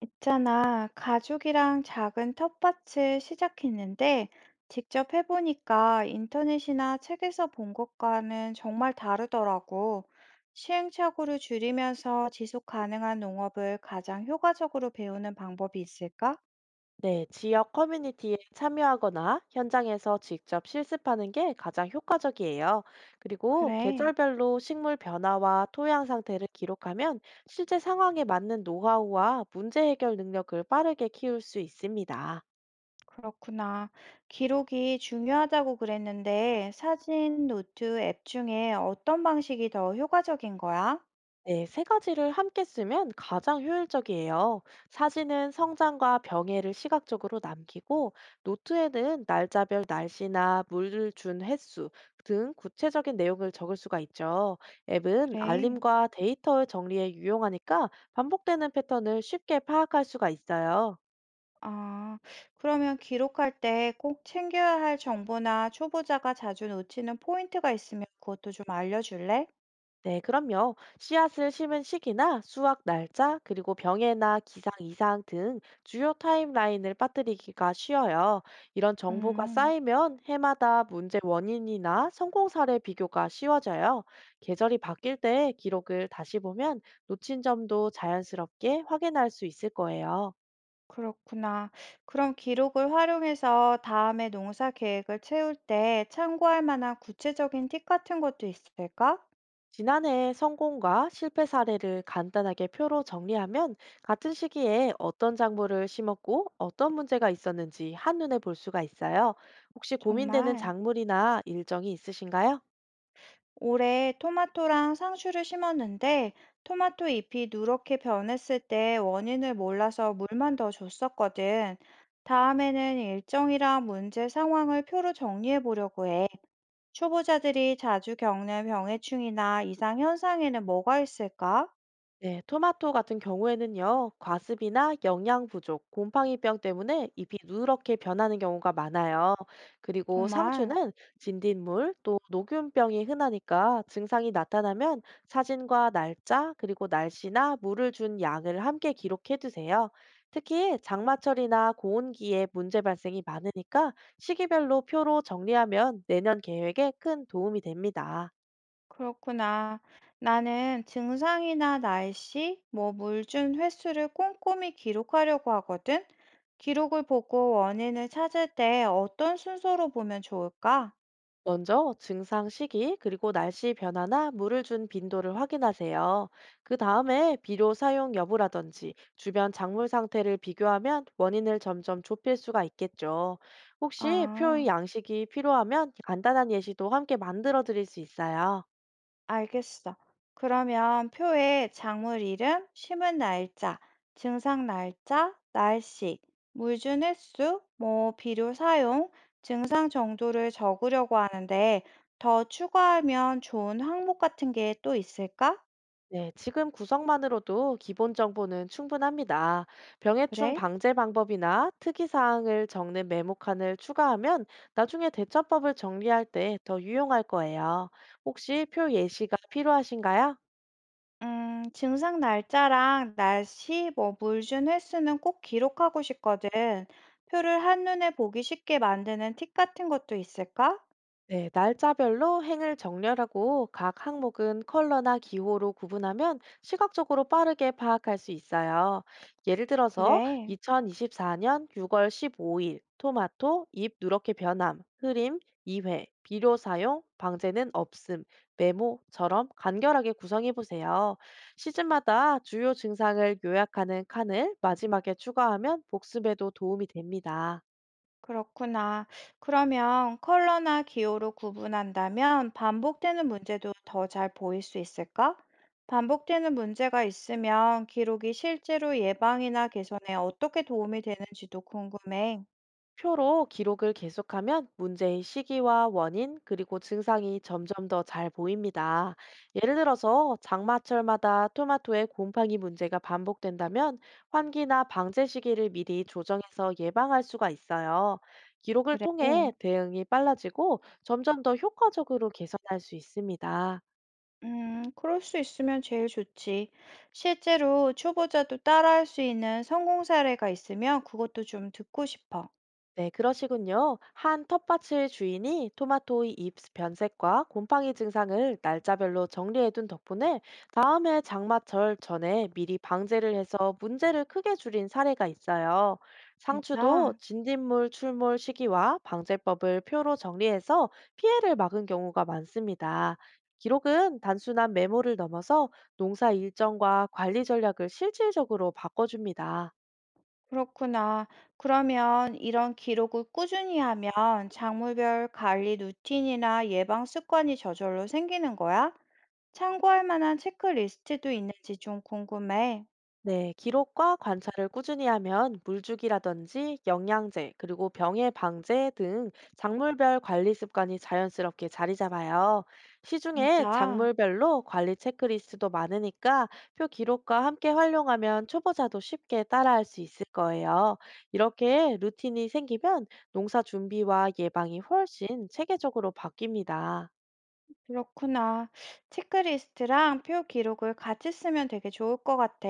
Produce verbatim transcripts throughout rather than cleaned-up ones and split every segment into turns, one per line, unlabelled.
있잖아, 가죽이랑 작은 텃밭을 시작했는데, 직접 해보니까 인터넷이나 책에서 본 것과는 정말 다르더라고. 시행착오를 줄이면서 지속 가능한 농업을 가장 효과적으로 배우는 방법이 있을까?
네, 지역 커뮤니티에 참여하거나 현장에서 직접 실습하는 게 가장 효과적이에요. 그리고
그래,
계절별로 식물 변화와 토양 상태를 기록하면 실제 상황에 맞는 노하우와 문제 해결 능력을 빠르게 키울 수 있습니다.
그렇구나. 기록이 중요하다고 그랬는데, 사진, 노트, 앱 중에 어떤 방식이 더 효과적인 거야?
네, 세 가지를 함께 쓰면 가장 효율적이에요. 사진은 성장과 병해를 시각적으로 남기고, 노트에는 날짜별 날씨나 물을 준 횟수 등 구체적인 내용을 적을 수가 있죠. 앱은
그래.
알림과 데이터 정리에 유용하니까 반복되는 패턴을 쉽게 파악할 수가 있어요.
아, 그러면 기록할 때 꼭 챙겨야 할 정보나 초보자가 자주 놓치는 포인트가 있으면 그것도 좀 알려줄래?
네, 그럼요. 씨앗을 심은 시기나 수확 날짜, 그리고 병해나 기상 이상 등 주요 타임라인을 빠뜨리기가 쉬워요. 이런 정보가
음,
쌓이면 해마다 문제 원인이나 성공 사례 비교가 쉬워져요. 계절이 바뀔 때 기록을 다시 보면 놓친 점도 자연스럽게 확인할 수 있을 거예요.
그렇구나. 그럼 기록을 활용해서 다음에 농사 계획을 채울 때 참고할 만한 구체적인 팁 같은 것도 있을까?
지난해 성공과 실패 사례를 간단하게 표로 정리하면 같은 시기에 어떤 작물을 심었고 어떤 문제가 있었는지 한눈에 볼 수가 있어요. 혹시 고민되는
정말.
작물이나 일정이 있으신가요?
올해 토마토랑 상추를 심었는데 토마토 잎이 누렇게 변했을 때 원인을 몰라서 물만 더 줬었거든. 다음에는 일정이랑 문제 상황을 표로 정리해 보려고 해. 초보자들이 자주 겪는 병해충이나 이상 현상에는 뭐가 있을까?
네, 토마토 같은 경우에는요, 과습이나 영양 부족, 곰팡이병 때문에 잎이 누렇게 변하는 경우가 많아요. 그리고
정말.
상추는 진딧물, 또 녹균병이 흔하니까 증상이 나타나면 사진과 날짜, 그리고 날씨나 물을 준 양을 함께 기록해 두세요. 특히 장마철이나 고온기에 문제 발생이 많으니까 시기별로 표로 정리하면 내년 계획에 큰 도움이 됩니다.
그렇구나. 나는 증상이나 날씨, 뭐 물 준 횟수를 꼼꼼히 기록하려고 하거든. 기록을 보고 원인을 찾을 때 어떤 순서로 보면 좋을까?
먼저 증상 시기, 그리고 날씨 변화나 물을 준 빈도를 확인하세요. 그 다음에 비료 사용 여부라든지 주변 작물 상태를 비교하면 원인을 점점 좁힐 수가 있겠죠. 혹시 표의
아,
양식이 필요하면 간단한 예시도 함께 만들어 드릴 수 있어요.
알겠어. 그러면 표에 작물 이름, 심은 날짜, 증상 날짜, 날씨, 물 준 횟수, 뭐 비료 사용, 증상 정도를 적으려고 하는데 더 추가하면 좋은 항목 같은 게 또 있을까?
네, 지금 구성만으로도 기본 정보는 충분합니다. 병해충
그래?
방제 방법이나 특이사항을 적는 메모칸을 추가하면 나중에 대처법을 정리할 때 더 유용할 거예요. 혹시 표 예시가 필요하신가요?
음, 증상 날짜랑 날씨, 뭐 물 준 횟수는 꼭 기록하고 싶거든. 표를 한눈에 보기 쉽게 만드는 팁 같은 것도 있을까?
네, 날짜별로 행을 정렬하고 각 항목은 컬러나 기호로 구분하면 시각적으로 빠르게 파악할 수 있어요. 예를 들어서
그래,
이천이십사 년 유월 십오 일 토마토 잎 누렇게 변함, 흐림 두 회, 비료 사용, 방제는 없음, 메모처럼 간결하게 구성해 보세요. 시즌마다 주요 증상을 요약하는 칸을 마지막에 추가하면 복습에도 도움이 됩니다.
그렇구나. 그러면 컬러나 기호로 구분한다면 반복되는 문제도 더 잘 보일 수 있을까? 반복되는 문제가 있으면 기록이 실제로 예방이나 개선에 어떻게 도움이 되는지도 궁금해.
표로 기록을 계속하면 문제의 시기와 원인, 그리고 증상이 점점 더 잘 보입니다. 예를 들어서 장마철마다 토마토의 곰팡이 문제가 반복된다면 환기나 방제 시기를 미리 조정해서 예방할 수가 있어요. 기록을
그래.
통해 대응이 빨라지고 점점 더 효과적으로 개선할 수 있습니다.
음, 그럴 수 있으면 제일 좋지. 실제로 초보자도 따라할 수 있는 성공 사례가 있으면 그것도 좀 듣고 싶어.
네, 그러시군요. 한 텃밭의 주인이 토마토의 잎 변색과 곰팡이 증상을 날짜별로 정리해둔 덕분에 다음해 장마철 전에 미리 방제를 해서 문제를 크게 줄인 사례가 있어요. 상추도
진짜?
진딧물 출몰 시기와 방제법을 표로 정리해서 피해를 막은 경우가 많습니다. 기록은 단순한 메모를 넘어서 농사 일정과 관리 전략을 실질적으로 바꿔줍니다.
그렇구나. 그러면 이런 기록을 꾸준히 하면 작물별 관리 루틴이나 예방 습관이 저절로 생기는 거야? 참고할 만한 체크리스트도 있는지 좀 궁금해.
네, 기록과 관찰을 꾸준히 하면 물주기라든지 영양제, 그리고 병해 방제 등 작물별 관리 습관이 자연스럽게 자리 잡아요. 시중에
진짜?
작물별로 관리 체크리스트도 많으니까 표 기록과 함께 활용하면 초보자도 쉽게 따라할 수 있을 거예요. 이렇게 루틴이 생기면 농사 준비와 예방이 훨씬 체계적으로 바뀝니다.
그렇구나. 체크리스트랑 표 기록을 같이 쓰면 되게 좋을 것 같아.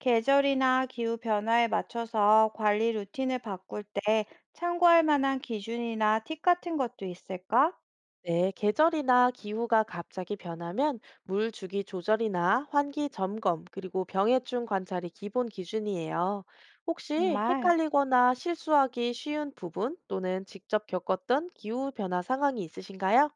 계절이나 기후 변화에 맞춰서 관리 루틴을 바꿀 때 참고할 만한 기준이나 팁 같은 것도 있을까?
네, 계절이나 기후가 갑자기 변하면 물 주기 조절이나 환기 점검, 그리고 병해충 관찰이 기본 기준이에요. 혹시
정말.
헷갈리거나 실수하기 쉬운 부분 또는 직접 겪었던 기후 변화 상황이 있으신가요?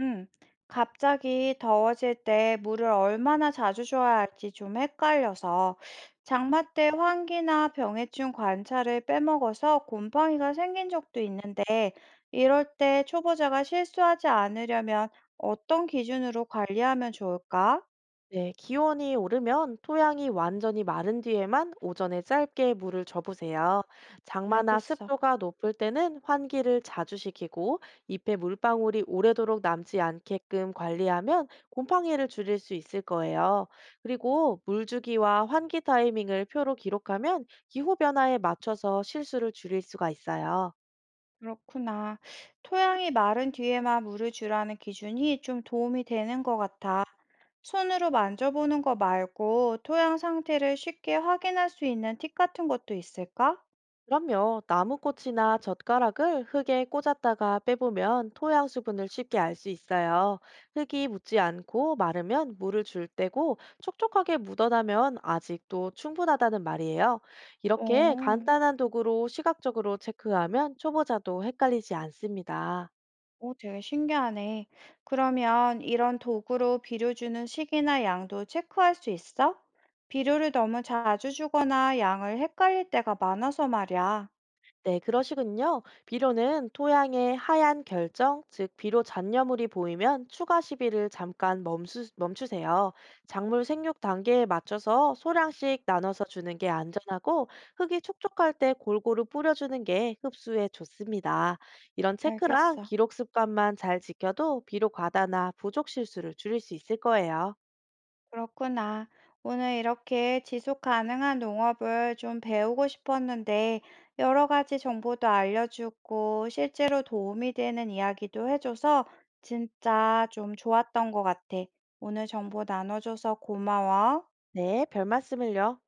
음, 갑자기 더워질 때 물을 얼마나 자주 줘야 할지 좀 헷갈려서 장마 때 환기나 병해충 관찰을 빼먹어서 곰팡이가 생긴 적도 있는데 이럴 때 초보자가 실수하지 않으려면 어떤 기준으로 관리하면 좋을까?
네, 기온이 오르면 토양이 완전히 마른 뒤에만 오전에 짧게 물을 줘보세요. 장마나
알겠어.
습도가 높을 때는 환기를 자주 시키고 잎에 물방울이 오래도록 남지 않게끔 관리하면 곰팡이를 줄일 수 있을 거예요. 그리고 물주기와 환기 타이밍을 표로 기록하면 기후 변화에 맞춰서 실수를 줄일 수가 있어요.
그렇구나. 토양이 마른 뒤에만 물을 주라는 기준이 좀 도움이 되는 것 같아. 손으로 만져보는 거 말고 토양 상태를 쉽게 확인할 수 있는 팁 같은 것도 있을까?
그럼요. 나무꽃이나 젓가락을 흙에 꽂았다가 빼보면 토양 수분을 쉽게 알 수 있어요. 흙이 묻지 않고 마르면 물을 줄 때고 촉촉하게 묻어나면 아직도 충분하다는 말이에요. 이렇게
오,
간단한 도구로 시각적으로 체크하면 초보자도 헷갈리지 않습니다.
오, 되게 신기하네. 그러면 이런 도구로 비료 주는 시기나 양도 체크할 수 있어? 비료를 너무 자주 주거나 양을 헷갈릴 때가 많아서 말이야.
네, 그러시군요. 비료는 토양의 하얀 결정, 즉 비료 잔여물이 보이면 추가 시비를 잠깐 멈추, 멈추세요. 작물 생육 단계에 맞춰서 소량씩 나눠서 주는 게 안전하고 흙이 촉촉할 때 골고루 뿌려주는 게 흡수에 좋습니다. 이런 체크랑
알겠어.
기록 습관만 잘 지켜도 비료 과다나 부족 실수를 줄일 수 있을 거예요.
그렇구나. 오늘 이렇게 지속 가능한 농업을 좀 배우고 싶었는데, 여러 가지 정보도 알려주고, 실제로 도움이 되는 이야기도 해줘서 진짜 좀 좋았던 것 같아. 오늘 정보 나눠줘서 고마워.
네, 별 말씀을요.